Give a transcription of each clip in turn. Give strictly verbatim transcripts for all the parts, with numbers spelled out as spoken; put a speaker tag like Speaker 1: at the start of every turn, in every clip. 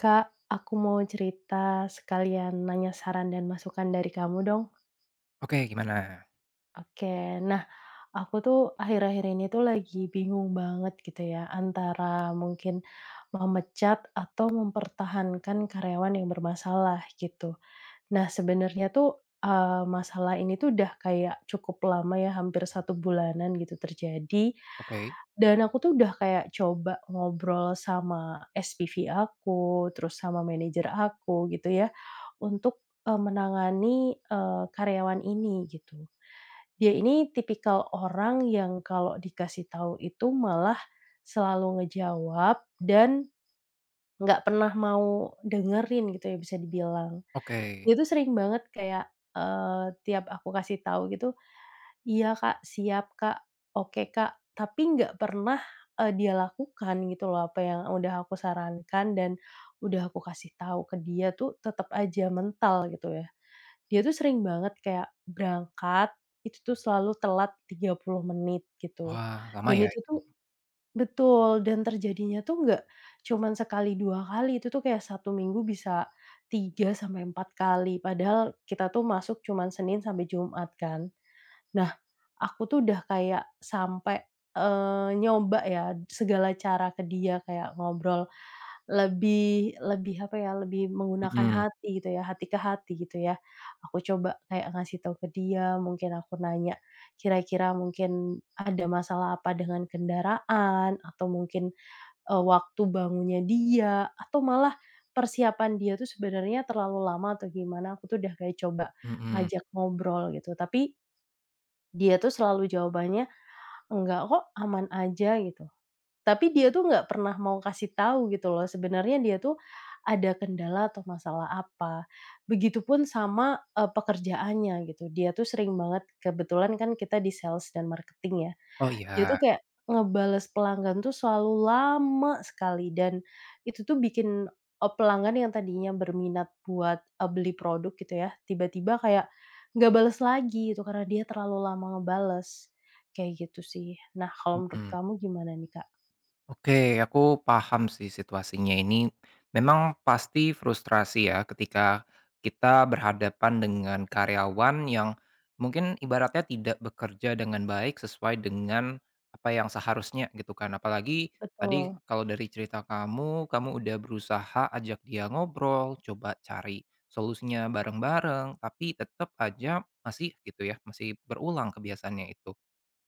Speaker 1: Kak, aku mau cerita sekalian nanya saran dan masukan dari kamu dong.
Speaker 2: Oke, gimana?
Speaker 1: Oke, nah aku tuh akhir-akhir ini tuh lagi bingung banget gitu ya antara mungkin memecat atau mempertahankan karyawan yang bermasalah gitu. Nah, sebenarnya tuh, eee, masalah ini tuh udah kayak cukup lama ya, hampir satu bulanan gitu terjadi,
Speaker 2: Oke
Speaker 1: dan aku tuh udah kayak coba ngobrol sama S P V aku, terus sama manajer aku gitu ya, untuk, eee, menangani, eee, karyawan ini gitu. Dia ini tipikal orang yang kalau dikasih tahu itu malah selalu ngejawab dan nggak pernah mau dengerin gitu ya, bisa dibilang.
Speaker 2: oke.
Speaker 1: Dia tuh sering banget kayak, eee, tiap aku kasih tahu gitu, "Iya, Kak, siap, Kak, oke, Kak." Tapi nggak pernah, eee, dia lakukan gitu loh apa yang udah aku sarankan dan udah aku kasih tahu ke dia tuh tetep aja mental gitu ya. Dia tuh sering banget kayak berangkat, itu tuh selalu telat tiga puluh menit gitu,
Speaker 2: Wah, lama
Speaker 1: dan
Speaker 2: ya
Speaker 1: itu
Speaker 2: itu?
Speaker 1: tuh betul, dan terjadinya tuh nggak cuman sekali, dua kali, itu tuh kayak satu minggu bisa tiga sampai empat kali, padahal kita tuh masuk cuman Senin sampai Jumat kan. Nah, Aku tuh udah kayak sampai, eee, nyoba ya segala cara ke dia kayak ngobrol lebih lebih apa ya, lebih menggunakan
Speaker 2: Mhm
Speaker 1: hati gitu ya, hati ke hati gitu ya. Aku coba kayak ngasih tahu ke dia, mungkin aku nanya kira-kira mungkin ada masalah apa dengan kendaraan atau mungkin, eee, waktu bangunnya dia atau malah persiapan dia tuh sebenarnya terlalu lama atau gimana, aku tuh udah kayak coba
Speaker 2: mhm.
Speaker 1: ngajak ngobrol gitu. Tapi dia tuh selalu jawabannya Enggak kok, aman aja gitu. Tapi dia tuh nggak pernah mau kasih tahu gitu loh, sebenarnya dia tuh ada kendala atau masalah apa. Begitupun sama, eee, pekerjaannya gitu, dia tuh sering banget kebetulan kan kita di sales dan marketing ya.
Speaker 2: Oh,
Speaker 1: Dia
Speaker 2: iya.
Speaker 1: tuh kayak ngebales pelanggan tuh selalu lama sekali dan itu tuh bikin, eee, pelanggan yang tadinya berminat buat, eee, beli produk gitu ya, tiba-tiba kayak nggak bales lagi itu karena dia terlalu lama ngebales, kayak gitu sih. Nah, kalau menurut
Speaker 2: Mhm.
Speaker 1: kamu gimana nih, Kak?
Speaker 2: Oke, aku paham sih situasinya ini. Memang pasti frustrasi ya ketika kita berhadapan dengan karyawan yang mungkin ibaratnya tidak bekerja dengan baik sesuai dengan apa yang seharusnya gitu kan. Apalagi tadi
Speaker 1: Betul,
Speaker 2: kalau dari cerita kamu, kamu udah berusaha ajak dia ngobrol, coba cari solusinya bareng-bareng, tapi tetap aja masih gitu ya, masih berulang kebiasaannya itu.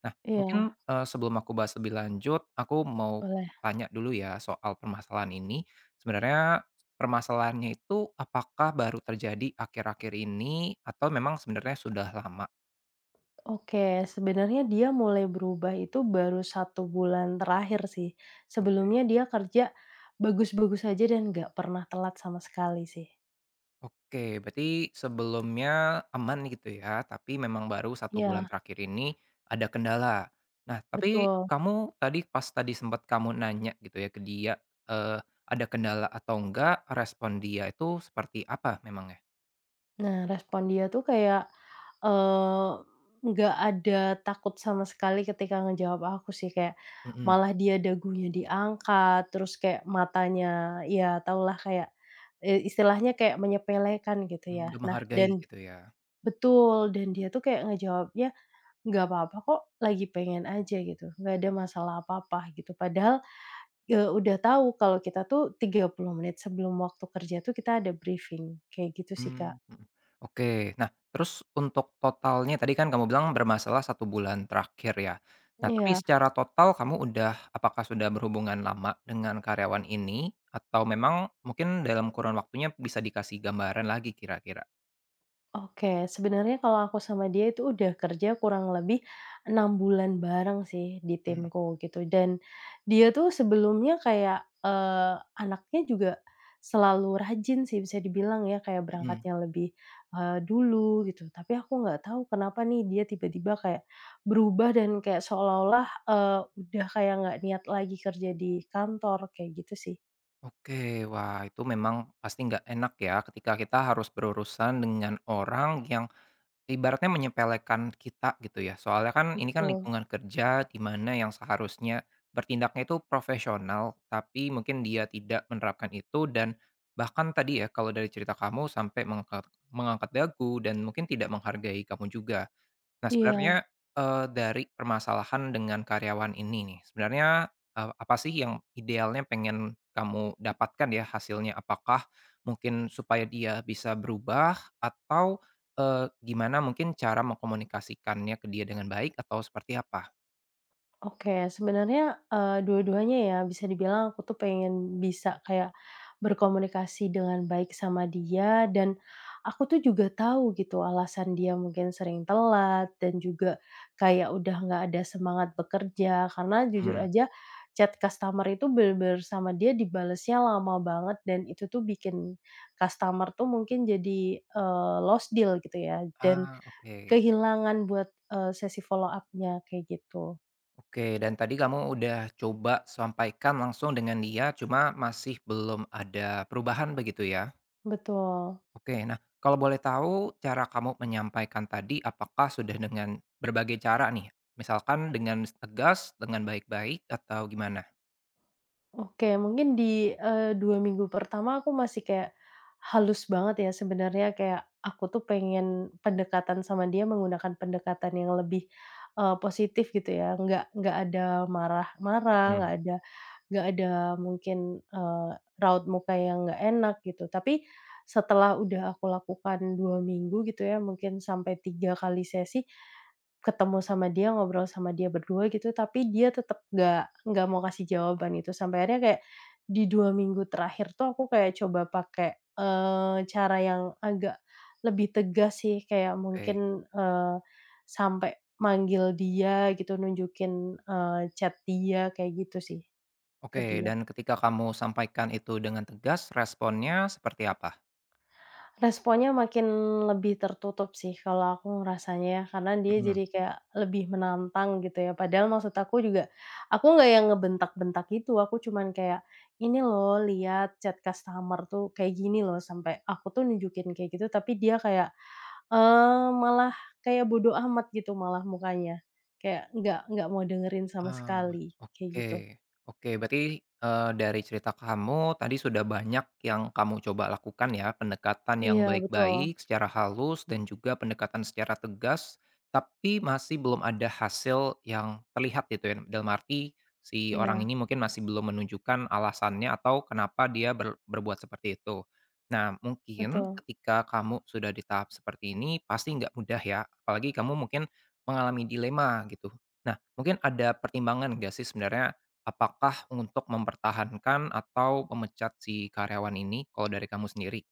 Speaker 2: Nah, mungkin,
Speaker 1: iya,
Speaker 2: eee, sebelum aku bahas lebih lanjut, aku mau
Speaker 1: boleh.
Speaker 2: tanya dulu ya soal permasalahan ini. Sebenarnya permasalahannya itu apakah baru terjadi akhir-akhir ini atau memang sebenarnya sudah lama?
Speaker 1: Oke, sebenarnya dia mulai berubah itu baru satu bulan terakhir sih. Sebelumnya dia kerja bagus-bagus aja dan nggak pernah telat sama sekali sih.
Speaker 2: Oke, berarti sebelumnya aman gitu ya, tapi memang baru satu bulan
Speaker 1: Iya.
Speaker 2: terakhir ini ada kendala. Nah, tapi
Speaker 1: Betul.
Speaker 2: kamu tadi pas tadi sempat kamu nanya gitu ya ke dia, eee, ada kendala atau enggak, respon dia itu seperti apa memangnya?
Speaker 1: Nah, respon dia tuh kayak, eee, nggak ada takut sama sekali ketika ngejawab aku sih, kayak
Speaker 2: Mhm.
Speaker 1: malah dia dagunya diangkat, terus kayak matanya, ya tahulah kayak, eee, istilahnya kayak menyepelekan gitu
Speaker 2: Mmm,
Speaker 1: ya.
Speaker 2: nggak
Speaker 1: Nah,
Speaker 2: menghargai
Speaker 1: dan
Speaker 2: gitu ya?
Speaker 1: betul, dan dia tuh kayak ngejawabnya, "Nggak apa-apa kok, lagi pengen aja," gitu, "nggak ada masalah apa-apa," gitu. Padahal, eee, udah tahu kalau kita tuh tiga puluh menit sebelum waktu kerja tuh kita ada briefing, kayak gitu sih, Kak.
Speaker 2: Mmm, mhm. Oke. Nah, terus untuk totalnya tadi kan kamu bilang bermasalah satu bulan terakhir ya. Nah, tapi
Speaker 1: Iya.
Speaker 2: secara total kamu udah apakah sudah berhubungan lama dengan karyawan ini? Atau memang mungkin dalam kurun waktunya bisa dikasih gambaran lagi kira-kira?
Speaker 1: Oke, sebenarnya kalau aku sama dia itu udah kerja kurang lebih enam bulan bareng sih di
Speaker 2: Mhm
Speaker 1: timku gitu, dan dia tuh sebelumnya kayak, eee, anaknya juga selalu rajin sih bisa dibilang ya, kayak
Speaker 2: mhm.
Speaker 1: berangkatnya lebih, eee, dulu gitu. Tapi aku nggak tahu kenapa nih dia tiba-tiba kayak berubah dan kayak seolah-olah, eee, udah kayak nggak niat lagi kerja di kantor, kayak gitu sih.
Speaker 2: Oke. Wah, itu memang pasti nggak enak ya ketika kita harus berurusan dengan orang yang ibaratnya menyepelekan kita gitu ya, soalnya kan
Speaker 1: Mmm.
Speaker 2: ini kan mhm
Speaker 1: Betul,
Speaker 2: lingkungan kerja di mana yang seharusnya bertindaknya itu profesional, tapi mungkin dia tidak menerapkan itu dan bahkan tadi ya, kalau dari cerita kamu sampai mengangkat mengangkat dagu dan mungkin tidak menghargai kamu juga. Nah sebenarnya,
Speaker 1: iya.
Speaker 2: eee, dari permasalahan dengan karyawan ini nih, sebenarnya, eee, apa sih yang idealnya pengen kamu dapatkan ya hasilnya? Apakah mungkin supaya dia bisa berubah atau, eee, gimana mungkin cara mengkomunikasikannya ke dia dengan baik atau seperti apa?
Speaker 1: Oke, sebenarnya, eee, dua-duanya ya bisa dibilang aku tuh pengen bisa kayak berkomunikasi dengan baik sama dia dan aku tuh juga tahu gitu alasan dia mungkin sering telat dan juga kayak udah nggak ada semangat bekerja karena jujur
Speaker 2: Mhm.
Speaker 1: aja chat customer itu bener sama dia dibalesnya lama banget dan itu tuh bikin customer tuh mungkin jadi, eee, lost deal gitu ya dan
Speaker 2: Ah, oke.
Speaker 1: kehilangan buat, eee, sesi follow up-nya kayak gitu.
Speaker 2: Oke, dan tadi kamu udah coba sampaikan langsung dengan dia, cuma masih belum ada perubahan begitu ya?
Speaker 1: Betul.
Speaker 2: Oke, nah kalau boleh tahu cara kamu menyampaikan tadi apakah sudah dengan berbagai cara nih? Misalkan dengan tegas, dengan baik-baik atau gimana?
Speaker 1: Oke, mungkin di, eee, dua minggu pertama aku masih kayak halus banget ya sebenarnya, kayak aku tuh pengen pendekatan sama dia menggunakan pendekatan yang lebih, eee, positif gitu ya, nggak nggak ada marah-marah, nggak
Speaker 2: Mhm.
Speaker 1: ada nggak ada mungkin, eee, raut muka yang nggak enak gitu. Tapi setelah udah aku lakukan dua minggu gitu ya, mungkin sampai tiga kali sesi, Ketemu sama dia, ngobrol sama dia berdua gitu, tapi dia tetap nggak nggak mau kasih jawaban itu. Sampai akhirnya kayak di dua minggu terakhir tuh aku kayak coba pakai, eee, cara yang agak lebih tegas sih, kayak
Speaker 2: Oke.
Speaker 1: mungkin, eee, sampai manggil dia gitu, nunjukin, eee, chat dia, kayak gitu sih,
Speaker 2: Oke,
Speaker 1: ke dia.
Speaker 2: dan ketika kamu sampaikan itu dengan tegas, responnya seperti apa?
Speaker 1: Responnya makin lebih tertutup sih kalau aku ngerasanya ya, karena dia
Speaker 2: Mhm.
Speaker 1: jadi kayak lebih menantang gitu ya. Padahal maksud aku juga, aku nggak yang ngebentak-bentak gitu, aku cuman kayak, "Ini loh, lihat chat customer tuh kayak gini loh," sampai aku tuh nunjukin kayak gitu, tapi dia kayak, eee, malah kayak bodoh amat gitu malah mukanya. Kayak nggak nggak mau dengerin sama
Speaker 2: Ah,
Speaker 1: sekali, kayak
Speaker 2: oke
Speaker 1: gitu.
Speaker 2: oke. Berarti, eee, dari cerita kamu tadi sudah banyak yang kamu coba lakukan ya, pendekatan yang
Speaker 1: Iya betul,
Speaker 2: baik-baik secara halus dan juga pendekatan secara tegas, tapi masih belum ada hasil yang terlihat gitu ya. Dalam arti si orang
Speaker 1: iya
Speaker 2: ini mungkin masih belum menunjukkan alasannya atau kenapa dia ber berbuat seperti itu. Nah, mungkin
Speaker 1: betul.
Speaker 2: ketika kamu sudah di tahap seperti ini pasti nggak mudah ya, apalagi kamu mungkin mengalami dilema gitu. Mungkin ada pertimbangan nggak sih sebenarnya, apakah untuk mempertahankan atau memecat si karyawan ini kalau dari kamu sendiri?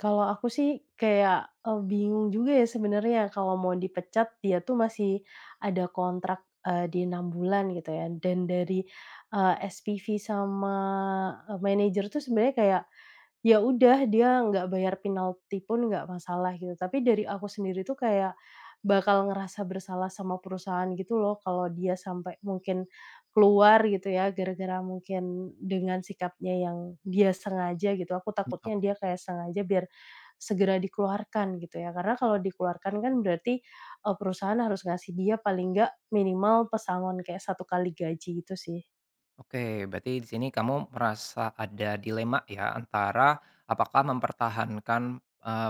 Speaker 1: Kalau aku sih kayak, eee, bingung juga ya sebenarnya kalau mau dipecat dia tuh masih ada kontrak, eee, di enam bulan gitu ya dan dari, eee, S P V sama, eee, manajer tuh sebenarnya kayak, "Ya udah dia nggak bayar penalti pun nggak masalah," gitu, tapi dari aku sendiri tuh kayak bakal ngerasa bersalah sama perusahaan gitu loh kalau dia sampai mungkin keluar gitu ya gara-gara mungkin dengan sikapnya yang dia sengaja gitu, aku
Speaker 2: Mmm,
Speaker 1: takutnya
Speaker 2: oke.
Speaker 1: dia kayak sengaja biar segera dikeluarkan gitu ya. Karena kalau dikeluarkan kan berarti, eee, perusahaan harus ngasih dia paling nggak minimal pesangon kayak satu kali gaji gitu sih.
Speaker 2: Oke, berarti di sini kamu merasa ada dilema ya antara apakah mempertahankan, eee,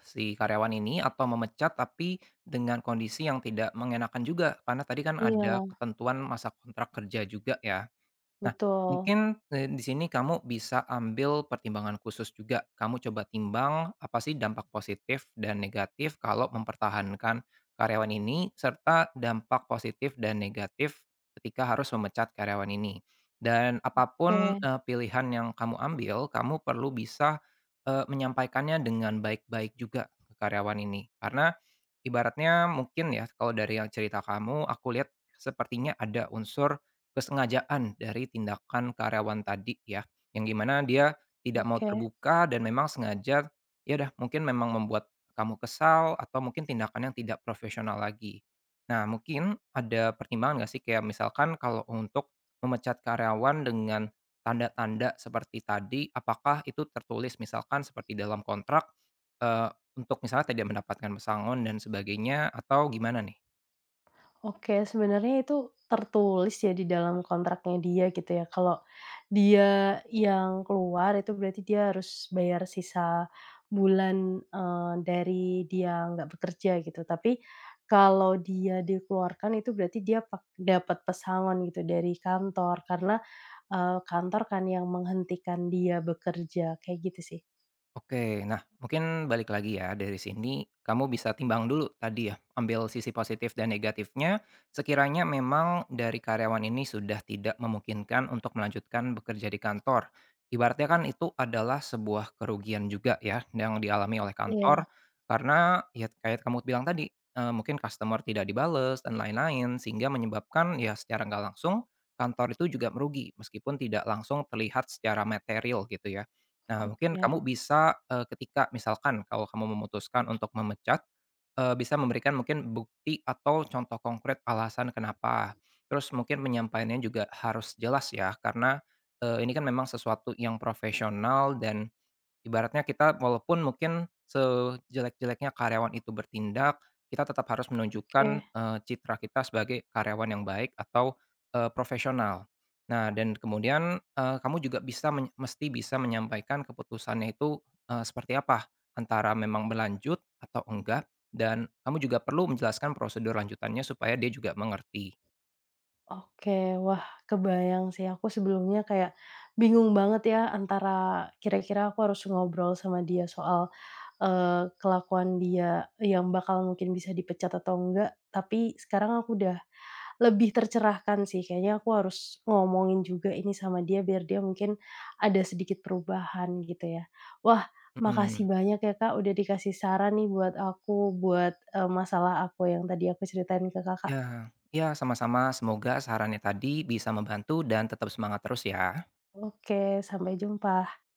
Speaker 2: si karyawan ini atau memecat tapi dengan kondisi yang tidak mengenakan juga, karena tadi kan
Speaker 1: Iya,
Speaker 2: ada ketentuan masa kontrak kerja juga ya? Nah,
Speaker 1: betul.
Speaker 2: mungkin, eee, di sini kamu bisa ambil pertimbangan khusus juga. Kamu coba timbang apa sih dampak positif dan negatif kalau mempertahankan karyawan ini, serta dampak positif dan negatif ketika harus memecat karyawan ini. Dan apapun pun,
Speaker 1: Oke,
Speaker 2: pilihan yang kamu ambil, kamu perlu bisa, eee, menyampaikannya dengan baik-baik juga ke karyawan ini. Karena ibaratnya mungkin ya, kalau dari yang cerita kamu, aku lihat sepertinya ada unsur kesengajaan dari tindakan karyawan tadi ya, yang gimana dia tidak mau
Speaker 1: oke.
Speaker 2: terbuka dan memang sengaja, ya dah mungkin memang membuat kamu kesal atau mungkin tindakan yang tidak profesional lagi. Nah, mungkin ada pertimbangan nggak sih kayak misalkan kalau untuk memecat karyawan dengan tanda-tanda seperti tadi, apakah itu tertulis misalkan seperti dalam kontrak, eee, untuk misalnya tidak mendapatkan pesangon dan sebagainya atau gimana nih?
Speaker 1: Oke, sebenarnya itu tertulis ya di dalam kontraknya dia gitu ya, kalau dia yang keluar itu berarti dia harus bayar sisa bulan, eee, dari dia nggak bekerja gitu. Tapi kalau dia dikeluarkan itu berarti dia pak dapat pesangon gitu dari kantor karena, eee, kantor kan yang menghentikan dia bekerja, kayak gitu sih.
Speaker 2: Oke, nah mungkin balik lagi ya dari sini kamu bisa timbang dulu tadi ya, ambil sisi positif dan negatifnya. Sekiranya memang dari karyawan ini sudah tidak memungkinkan untuk melanjutkan bekerja di kantor. Ibaratnya kan itu adalah sebuah kerugian juga ya yang dialami oleh
Speaker 1: Iya.
Speaker 2: kantor karena ya kayak kamu bilang tadi eh, mungkin customer tidak dibales dan lain-lain sehingga menyebabkan ya secara nggak langsung kantor itu juga merugi meskipun tidak langsung terlihat secara material gitu ya. Nah, mungkin
Speaker 1: Oke,
Speaker 2: kamu bisa, eee, ketika misalkan kalau kamu memutuskan untuk memecat, eee, bisa memberikan mungkin bukti atau contoh konkret alasan kenapa. Terus mungkin penyampaiannya juga harus jelas ya, karena, eee, ini kan memang sesuatu yang profesional dan ibaratnya kita walaupun mungkin sejelek-jeleknya karyawan itu bertindak, kita tetap harus menunjukkan,
Speaker 1: oke.
Speaker 2: eee, citra kita sebagai karyawan yang baik atau, eee, profesional. Nah dan kemudian, eee, kamu juga bisa men mesti bisa menyampaikan keputusannya itu, eee, seperti apa, antara memang berlanjut atau enggak, dan kamu juga perlu menjelaskan prosedur lanjutannya supaya dia juga mengerti.
Speaker 1: Oke, wah, kebayang sih aku sebelumnya kayak bingung banget ya antara kira-kira aku harus ngobrol sama dia soal, eee, kelakuan dia yang bakal mungkin bisa dipecat atau enggak, tapi sekarang aku udah lebih tercerahkan sih kayaknya aku harus ngomongin juga ini sama dia biar dia mungkin ada sedikit perubahan gitu ya. Wah, makasih
Speaker 2: Mhm.
Speaker 1: banyak ya Kak udah dikasih saran nih buat aku buat, eee, masalah aku yang tadi aku ceritain ke Kakak.
Speaker 2: Ya. Ya sama-sama, semoga sarannya tadi bisa membantu dan tetap semangat terus ya.
Speaker 1: Oke, sampai jumpa.